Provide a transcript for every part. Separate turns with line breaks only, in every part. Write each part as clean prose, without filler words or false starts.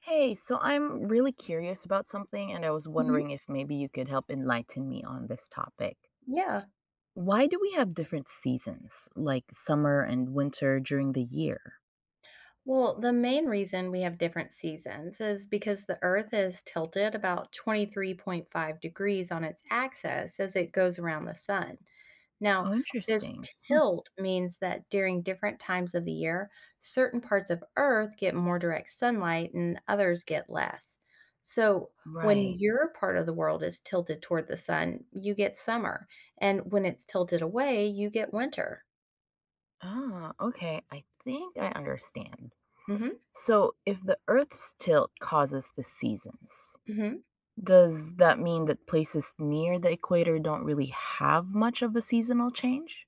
Hey, so I'm really curious about something, and I was
Mhm.
wondering if maybe you could help enlighten me on this topic.
Yeah.
Why do we have different seasons, like summer and winter during the year?
Well, the main reason we have different seasons is because the Earth is tilted about 23.5 degrees on its axis as it goes around the sun. Now,
Oh,
this
interesting. Hmm.
tilt means that during different times of the year, certain parts of Earth get more direct sunlight and others get less. So, when
Right.
your part of the world is tilted toward the sun, you get summer. And when it's tilted away, you get winter.
Ah, okay. I think I understand.
Hmm.
So, if the Earth's tilt causes the seasons,
Hmm.
does that mean that places near the equator don't really have much of a seasonal change?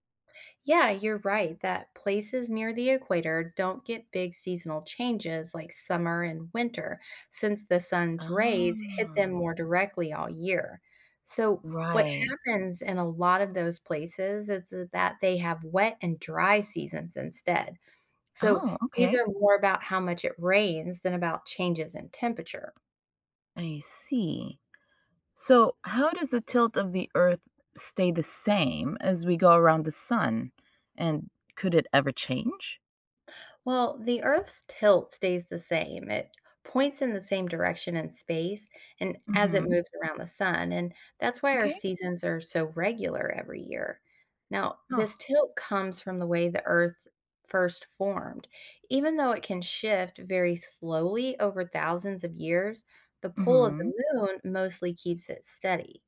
Yeah, you're right that places near the equator don't get big seasonal changes like summer and winter, since the sun's rays
Ah,
hit them more directly all year. So, what
right.
happens in a lot of those places is that they have wet and dry seasons instead. So,
Oh,
these
okay.
are more about how much it rains than about changes in temperature.
I see. So, how does the tilt of the Earth stay the same as we go around the sun? And could it ever change?
Well, the Earth's tilt stays the same. It points in the same direction in space and as it
Hmm.
moves around the sun, and that's why our
Okay.
seasons are so regular every year. Now,
Oh.
this tilt comes from the way the Earth first formed. Even though it can shift very slowly over thousands of years, the pull of the
hmm
moon mostly keeps it steady.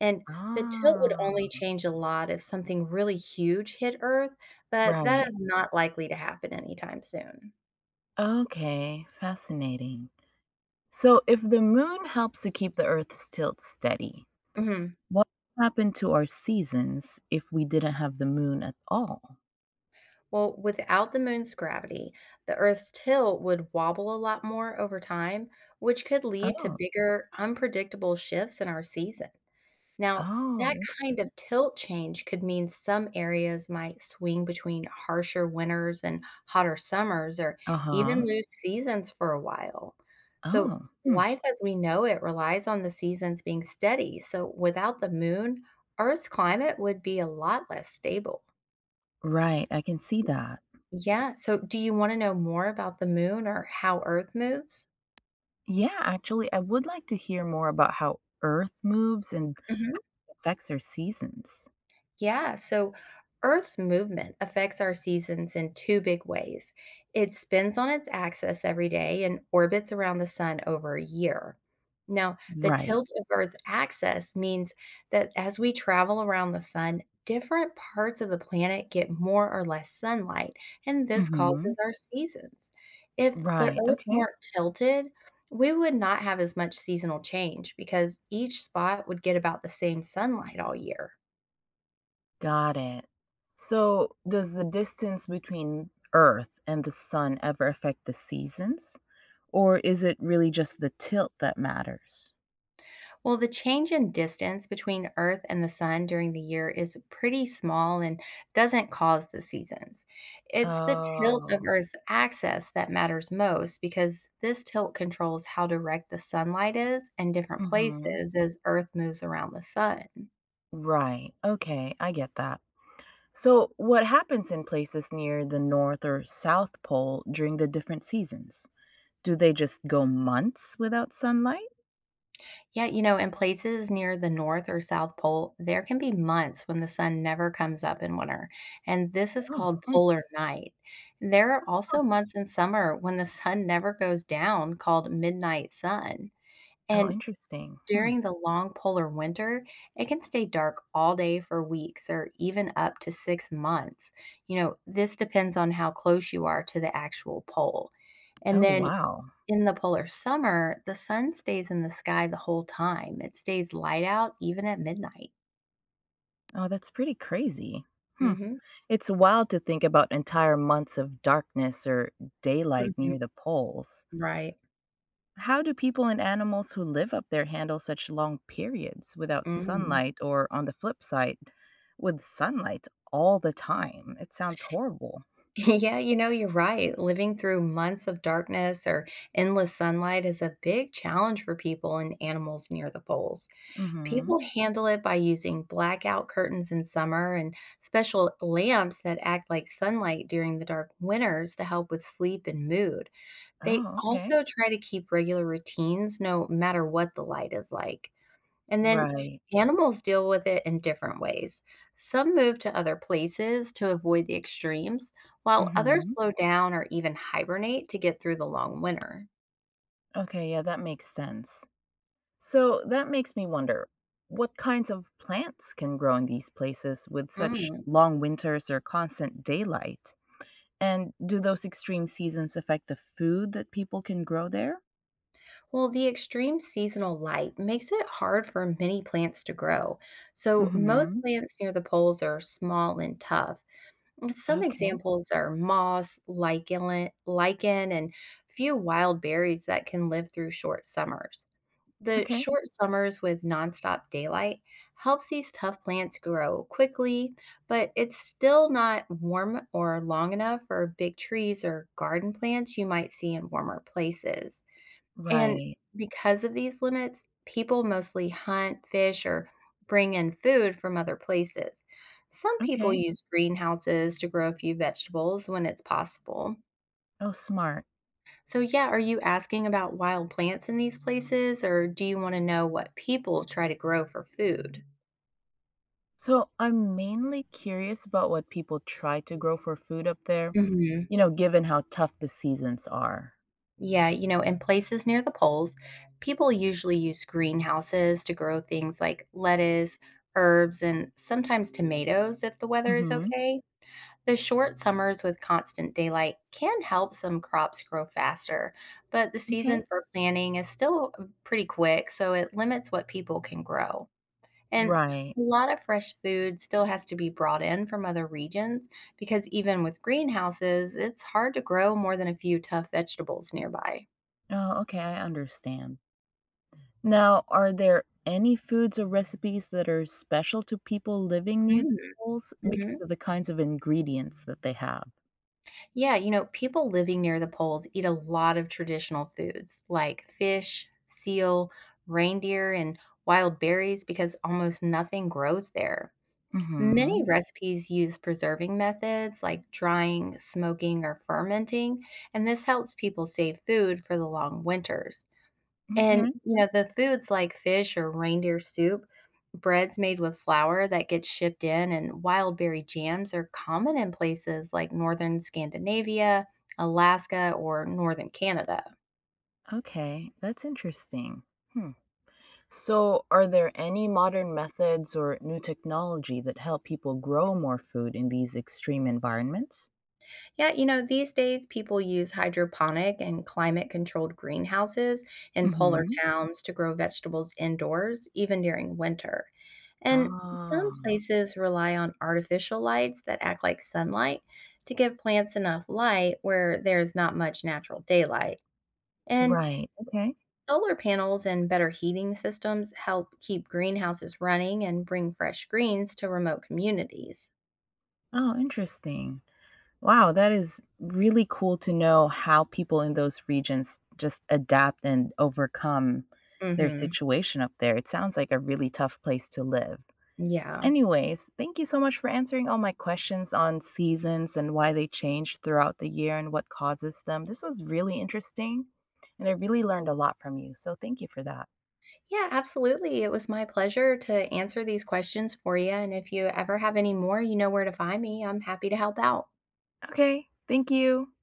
And the tilt
Ah.
would only change a lot if something really huge hit Earth, but that
Right.
is not likely to happen anytime soon.
Okay. Fascinating. So, if the moon helps to keep the Earth's tilt steady,
Mhm.
what would happen to our seasons if we didn't have the moon at all?
Well, without the moon's gravity, the Earth's tilt would wobble a lot more over time, which could lead to
Oh.
bigger, unpredictable shifts in our season. Now, that
Oh.
kind of tilt change could mean some areas might swing between harsher winters and hotter summers, or
Uh
even
huh.
lose seasons for a while. So,
Oh. Hmm.
life as we know it relies on the seasons being steady. So, without the moon, Earth's climate would be a lot less stable.
Right. I can see that.
Yeah. So, do you want to know more about the moon or how Earth moves?
Yeah, actually, I would like to hear more about how Earth moves and affects our seasons.
Yeah, so Earth's movement affects our seasons in two big ways. It spins on its axis every day and orbits around the sun over a year. Now, the
Right.
tilt of Earth's axis means that as we travel around the sun, different parts of the planet get more or less sunlight, and this
Mm-hmm.
causes our seasons. If the
Right.
Earth
Okay.
weren't tilted, we would not have as much seasonal change because each spot would get about the same sunlight all year.
Got it. So, does the distance between Earth and the sun ever affect the seasons? Or is it really just the tilt that matters?
Well, the change in distance between Earth and the Sun during the year is pretty small and doesn't cause the seasons. It's the tilt of
Oh.
Earth's axis that matters most because this tilt controls how direct the sunlight is in different
Mm-hmm.
places as Earth moves around the Sun.
Right. Okay, I get that. So, what happens in places near the North or South Pole during the different seasons? Do they just go months without sunlight?
Yeah, in places near the North or South Pole, there can be months when the sun never comes up in winter, and this is
Oh,
called
hmm.
polar night. There are
Oh.
also months in summer when the sun never goes down, called midnight sun.
Oh,
And
interesting. Hmm.
during the long polar winter, it can stay dark all day for weeks or even up to 6 months. This depends on how close you are to the actual pole. And
Oh,
then
wow.
in the polar summer, the sun stays in the sky the whole time. It stays light out even at midnight.
Oh, that's pretty crazy. Hmm.
Hmm.
It's wild to think about entire months of darkness or daylight
Hmm.
near the poles.
Right.
How do people and animals who live up there handle such long periods without
Mm.
sunlight or, on the flip side, with sunlight all the time? It sounds horrible.
Yeah, you're right. Living through months of darkness or endless sunlight is a big challenge for people and animals near the poles.
Mhm.
People handle it by using blackout curtains in summer and special lamps that act like sunlight during the dark winters to help with sleep and mood. They
Oh, okay.
also try to keep regular routines no matter what the light is like. And then
Right.
animals deal with it in different ways. Some move to other places to avoid the extremes, while others
Mhm.
slow down or even hibernate to get through the long winter.
Okay, yeah, that makes sense. So that makes me wonder what kinds of plants can grow in these places with such
Mm.
long winters or constant daylight? And do those extreme seasons affect the food that people can grow there?
Well, the extreme seasonal light makes it hard for many plants to grow. So, most
Hmm.
plants near the poles are small and tough. Mm, some
Okay.
examples are moss, lichen, and few wild berries that can live through short summers. The
Okay.
short summers with nonstop daylight helps these tough plants grow quickly, but it's still not warm or long enough for big trees or garden plants you might see in warmer places. And
Right.
because of these limits, people mostly hunt, fish, or bring in food from other places. Some people
Okay.
use greenhouses to grow a few vegetables when it's possible.
Oh, smart.
So, yeah, are you asking about wild plants in these places, or do you want to know what people try to grow for food?
So I'm mainly curious about what people try to grow for food up there,
Hmm.
given how tough the seasons are.
Yeah, in places near the poles, people usually use greenhouses to grow things like lettuce, herbs, and sometimes tomatoes if the weather is
Hmm.
okay. The short summers with constant daylight can help some crops grow faster, but the
Okay.
season for planting is still pretty quick, so it limits what people can grow. And a
Right.
lot of fresh food still has to be brought in from other regions because even with greenhouses, it's hard to grow more than a few tough vegetables nearby.
Oh, okay. I understand. Now, are there any foods or recipes that are special to people living near the poles
Mm-hmm.
because of the kinds of ingredients that they have?
Yeah, people living near the poles eat a lot of traditional foods like fish, seal, reindeer, and wild berries because almost nothing grows there. Many
Mhm.
recipes use preserving methods like drying, smoking, or fermenting, and this helps people save food for the long winters. And,
Okay.
you know, the foods like fish or reindeer soup, breads made with flour that gets shipped in, and wild berry jams are common in places like northern Scandinavia, Alaska, or northern Canada.
Okay. That's interesting. Hmm. So, are there any modern methods or new technology that help people grow more food in these extreme environments?
Yeah, these days people use hydroponic and climate controlled greenhouses in polar
Mhm.
towns to grow vegetables indoors, even during winter. And some
Ah.
places rely on artificial lights that act like sunlight to give plants enough light where there's not much natural daylight. And
Right. Okay.
solar panels and better heating systems help keep greenhouses running and bring fresh greens to remote communities.
Oh, interesting. Wow, that is really cool to know how people in those regions just adapt and overcome their
Mhm.
situation up there. It sounds like a really tough place to live.
Yeah.
Anyways, thank you so much for answering all my questions on seasons and why they change throughout the year and what causes them. This was really interesting, and I really learned a lot from you. So, thank you for that.
Yeah, absolutely. It was my pleasure to answer these questions for you. And if you ever have any more, you know where to find me. I'm happy to help out.
Okay, thank you.